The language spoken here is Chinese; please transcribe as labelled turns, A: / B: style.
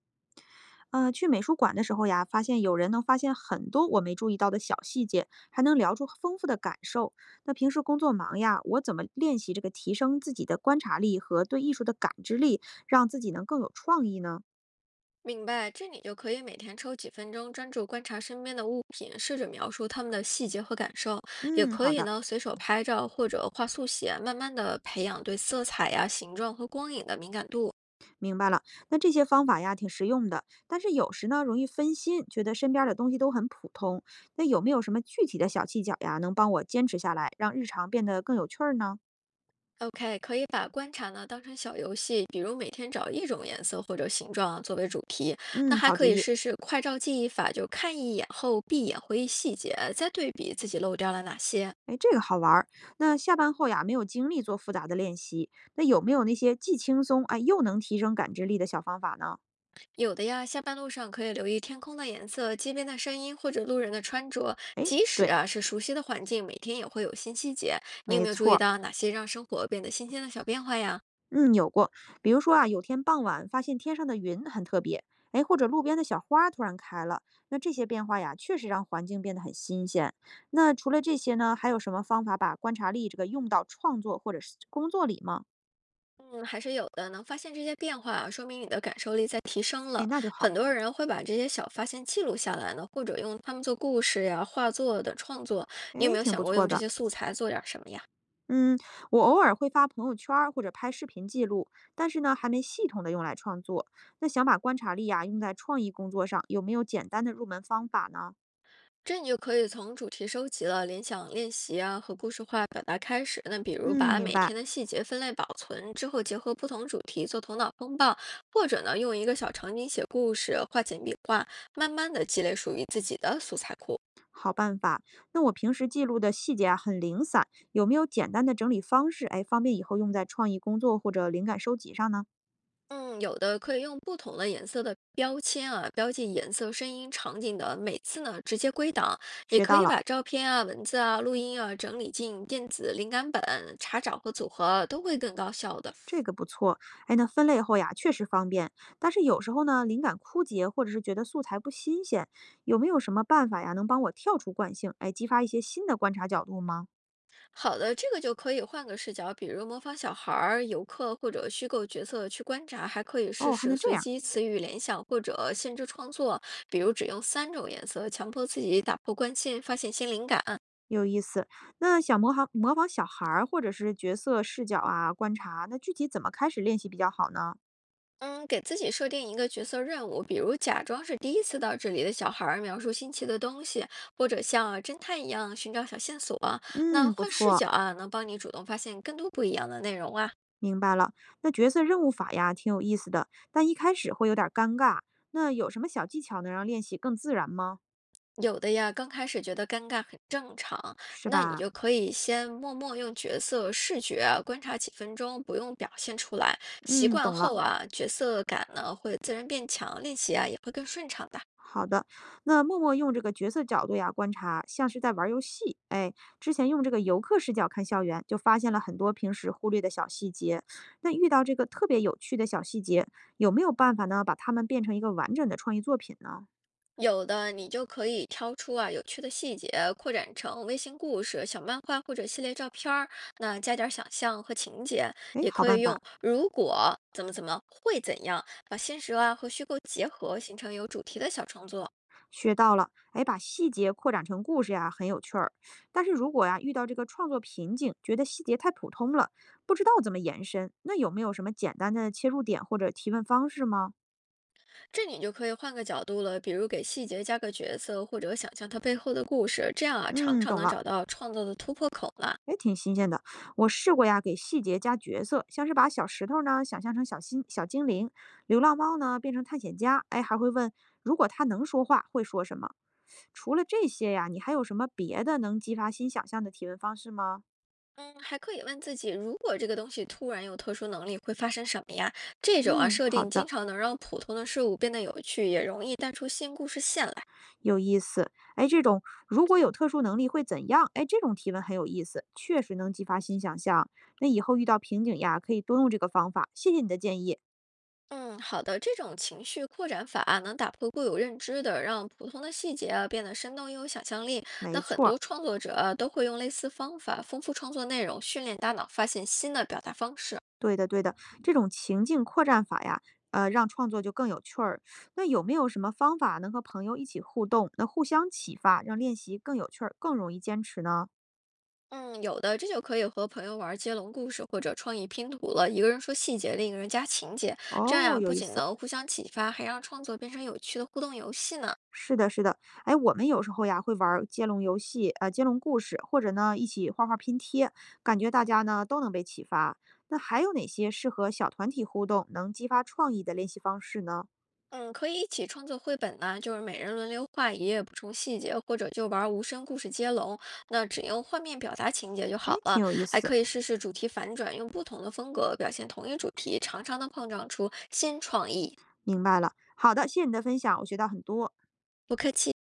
A: 嗯，去美术馆的时候呀，发现有人能发现很多我没注意到的小细节，还能聊出丰富的感受。那平时工作忙呀，我怎么练习这个提升自己的观察力和对艺术的感知力，让自己能更有创意呢？
B: 明白，这你就可以每天抽几分钟，专注观察身边的物品，试着描述它们的细节和感受。也
A: 嗯，
B: 可
A: 好
B: 以
A: 的，
B: 呢，随手拍照或者画速写，慢慢的培养对色彩呀、形状和光影的敏感度。
A: 明白了。那这些方法呀，挺实用的，但是有时呢，容易分心，觉得身边儿的东西都很普通。那有没有什么具体的小技巧呀，能帮我坚持下来，让日常变得更有趣儿呢？
B: OK,可以把观察呢当成小游戏，比如每天找一种颜色或者形状啊作为主题。那
A: 嗯，
B: 还
A: 好
B: 可
A: 主
B: 以
A: 意。
B: 试试快照记忆法，就看一眼后闭眼回忆细节，再对比自己漏掉了哪些。
A: 哎，这个好玩儿。那下班后呀，没有精力做复杂的练习，那有没有那些既轻松哎又能提升感知力的小方法呢？
B: 有的呀，下班路上可以留意天空的颜色、街边的声音或者路人的穿着。即使
A: 对，
B: 啊是熟悉的环境，每天也会有新细节。你有
A: 没
B: 没有注
A: 错
B: 意
A: 儿，
B: 到哪些让生活变得新鲜的小变化呀？
A: 嗯，有过。比如说啊，有天傍晚发现天上的云很特别，哎，或者路边的小花突然开了，那这些变化呀，确实让环境变得很新鲜。那除了这些呢，还有什么方法把观察力这个用到创作或者是工作里吗？
B: 嗯，还是有的。能发现这些变化啊，说明你的感受力在提升
A: 哎，
B: 了。
A: 那就好，
B: 很多人会把这些小发现记录下来呢，或者用它们做故事呀、画作的创作。你有
A: 哎，
B: 没有
A: 挺
B: 想
A: 不
B: 过
A: 错
B: 用这
A: 的。
B: 些素材做点儿什么呀？
A: 嗯，我偶尔会发朋友圈儿或者拍视频记录，但是呢，还没系统的用来创作。那想把观察力啊用在创意工作上，有没有简单的入门方法呢？
B: 这你就可以从主题收集了、联想练习啊和故事化表达开始。那比如
A: 嗯，
B: 把
A: 明
B: 每
A: 白，
B: 天的细节分类保存之后，结合不同主题做头脑风暴，或者呢用一个小场景写故事、画简笔画，慢慢的积累属于自己的素材库。
A: 好办法。那我平时记录的细节啊很零散，有没有简单的整理方式？哎，方便以后用在创意工作或者灵感收集上呢？
B: 嗯，有的可以用不同的颜色的标签啊，标记颜色、声音、场景的，每次呢直接归档，也
A: 学
B: 可
A: 到
B: 以
A: 了。
B: 把照片啊、文字啊、录音啊整理进电子灵感本，查找和组合都会更高效的。
A: 这个不错，哎，那分类后呀，确实方便。但是有时候呢，灵感枯竭，或者是觉得素材不新鲜，有没有什么办法呀，能帮我跳出惯性，哎，激发一些新的观察角度吗？
B: 好的，这个就可以换个视角，比如模仿小孩儿、游客或者虚构角色去观察，还可以试
A: 哦，还
B: 试
A: 能这
B: 随
A: 样，
B: 机词语联想或者限制创作，比如只用三种颜色，强迫自己打破惯性，发现新灵感。
A: 有意思。那想模仿小孩儿或者是角色视角啊，观察，那具体怎么开始练习比较好呢？
B: 嗯，给自己设定一个角色任务，比如假装是第一次到这里的小孩儿，描述新奇的东西，或者像侦探一样寻找小线索。那
A: 嗯，不
B: 换视
A: 错，
B: 角啊，能帮你主动发现更多不一样的内容啊。
A: 明白了。那角色任务法呀，挺有意思的，但一开始会有点儿尴尬。那有什么小技巧能让练习更自然吗？
B: 有的呀，刚开始觉得尴尬很正常，
A: 是
B: 那你
A: 吧？
B: 就可以先默默用角色视觉啊观察几分钟，不用表现出来。习
A: 嗯，
B: 惯
A: 懂了。
B: 后啊，角色感呢会自然变强，练习啊也会更顺畅的。
A: 好的，那默默用这个角色角度呀观察，像是在玩儿游戏。哎，之前用这个游客视角看校园，就发现了很多平时忽略的小细节。那遇到这个特别有趣的小细节，有没有办法呢？把它们变成一个完整的创意作品呢？
B: 有的你就可以挑出啊有趣的细节，扩展成微型故事、小漫画或者系列照片儿，那加点儿想象和情节，
A: 哎，
B: 也
A: 好
B: 可
A: 办
B: 以
A: 法，
B: 用如果怎么怎么会怎样，把现实啊和虚构结合，形成有主题的小创作。
A: 学到了。哎，把细节扩展成故事呀，很有趣儿。但是如果呀遇到这个创作瓶颈，觉得细节太普通了，不知道怎么延伸，那有没有什么简单的切入点或者提问方式吗？
B: 这你就可以换个角度了，比如给细节加个角色，或者想象它背后的故事，这样啊，常
A: 嗯，
B: 常
A: 懂
B: 能
A: 了。
B: 找到创作的突破口了。
A: 也挺新鲜的。我试过呀，给细节加角色，像是把小石头呢想象成小新小精灵，流浪猫呢变成探险家，哎，还会问如果它能说话会说什么。除了这些呀，你还有什么别的能激发新想象的提问方式吗？
B: 嗯，还可以问自己，如果这个东西突然有特殊能力，会发生什么呀？这种啊
A: 嗯，
B: 设
A: 好
B: 定经
A: 的，
B: 常能让普通的事物变得有趣，也容易带出新故事线来。
A: 有意思。哎，这种如果有特殊能力会怎样？哎，这种提问很有意思，确实能激发新想象。那以后遇到瓶颈呀，可以多用这个方法。谢谢你的建议，
B: 嗯，好的，这种情绪扩展法啊，能打破固有认知的，让普通的细节啊变得生动又有想象力。
A: 没
B: 那很
A: 错儿。
B: 多创作者啊都会用类似方法丰富创作内容，训练大脑发现新的表达方式。
A: 对的，对的，这种情境扩展法呀，让创作就更有趣儿。那有没有什么方法能和朋友一起互动，那互相启发，让练习更有趣儿，更容易坚持呢？
B: 嗯，有的，这就可以和朋友玩接龙故事或者创意拼图了。一个人说细节，另一个人加情节，这样
A: 哦，
B: 呀、
A: 有
B: 不
A: 意
B: 仅
A: 思。
B: 能互相启发，还让创作变成有趣的互动游戏呢。
A: 是的，是的，哎，我们有时候呀会玩儿接龙游戏，接龙故事，或者呢一起画画拼贴，感觉大家呢都能被启发。那还有哪些适合小团体互动、能激发创意的练习方式呢？
B: 嗯，可以一起创作绘本呢，就是每人轮流画一页，补充细节，或者就玩无声故事接龙，那只用画面表达情节就
A: 哎，
B: 好
A: 挺
B: 了。
A: 有意
B: 还
A: 思，
B: 可以试试主题反转，用不同的风格表现同一主题，常常能碰撞出新创意。
A: 明白了。好的，谢谢你的分享，我学到很多。
B: 不客气。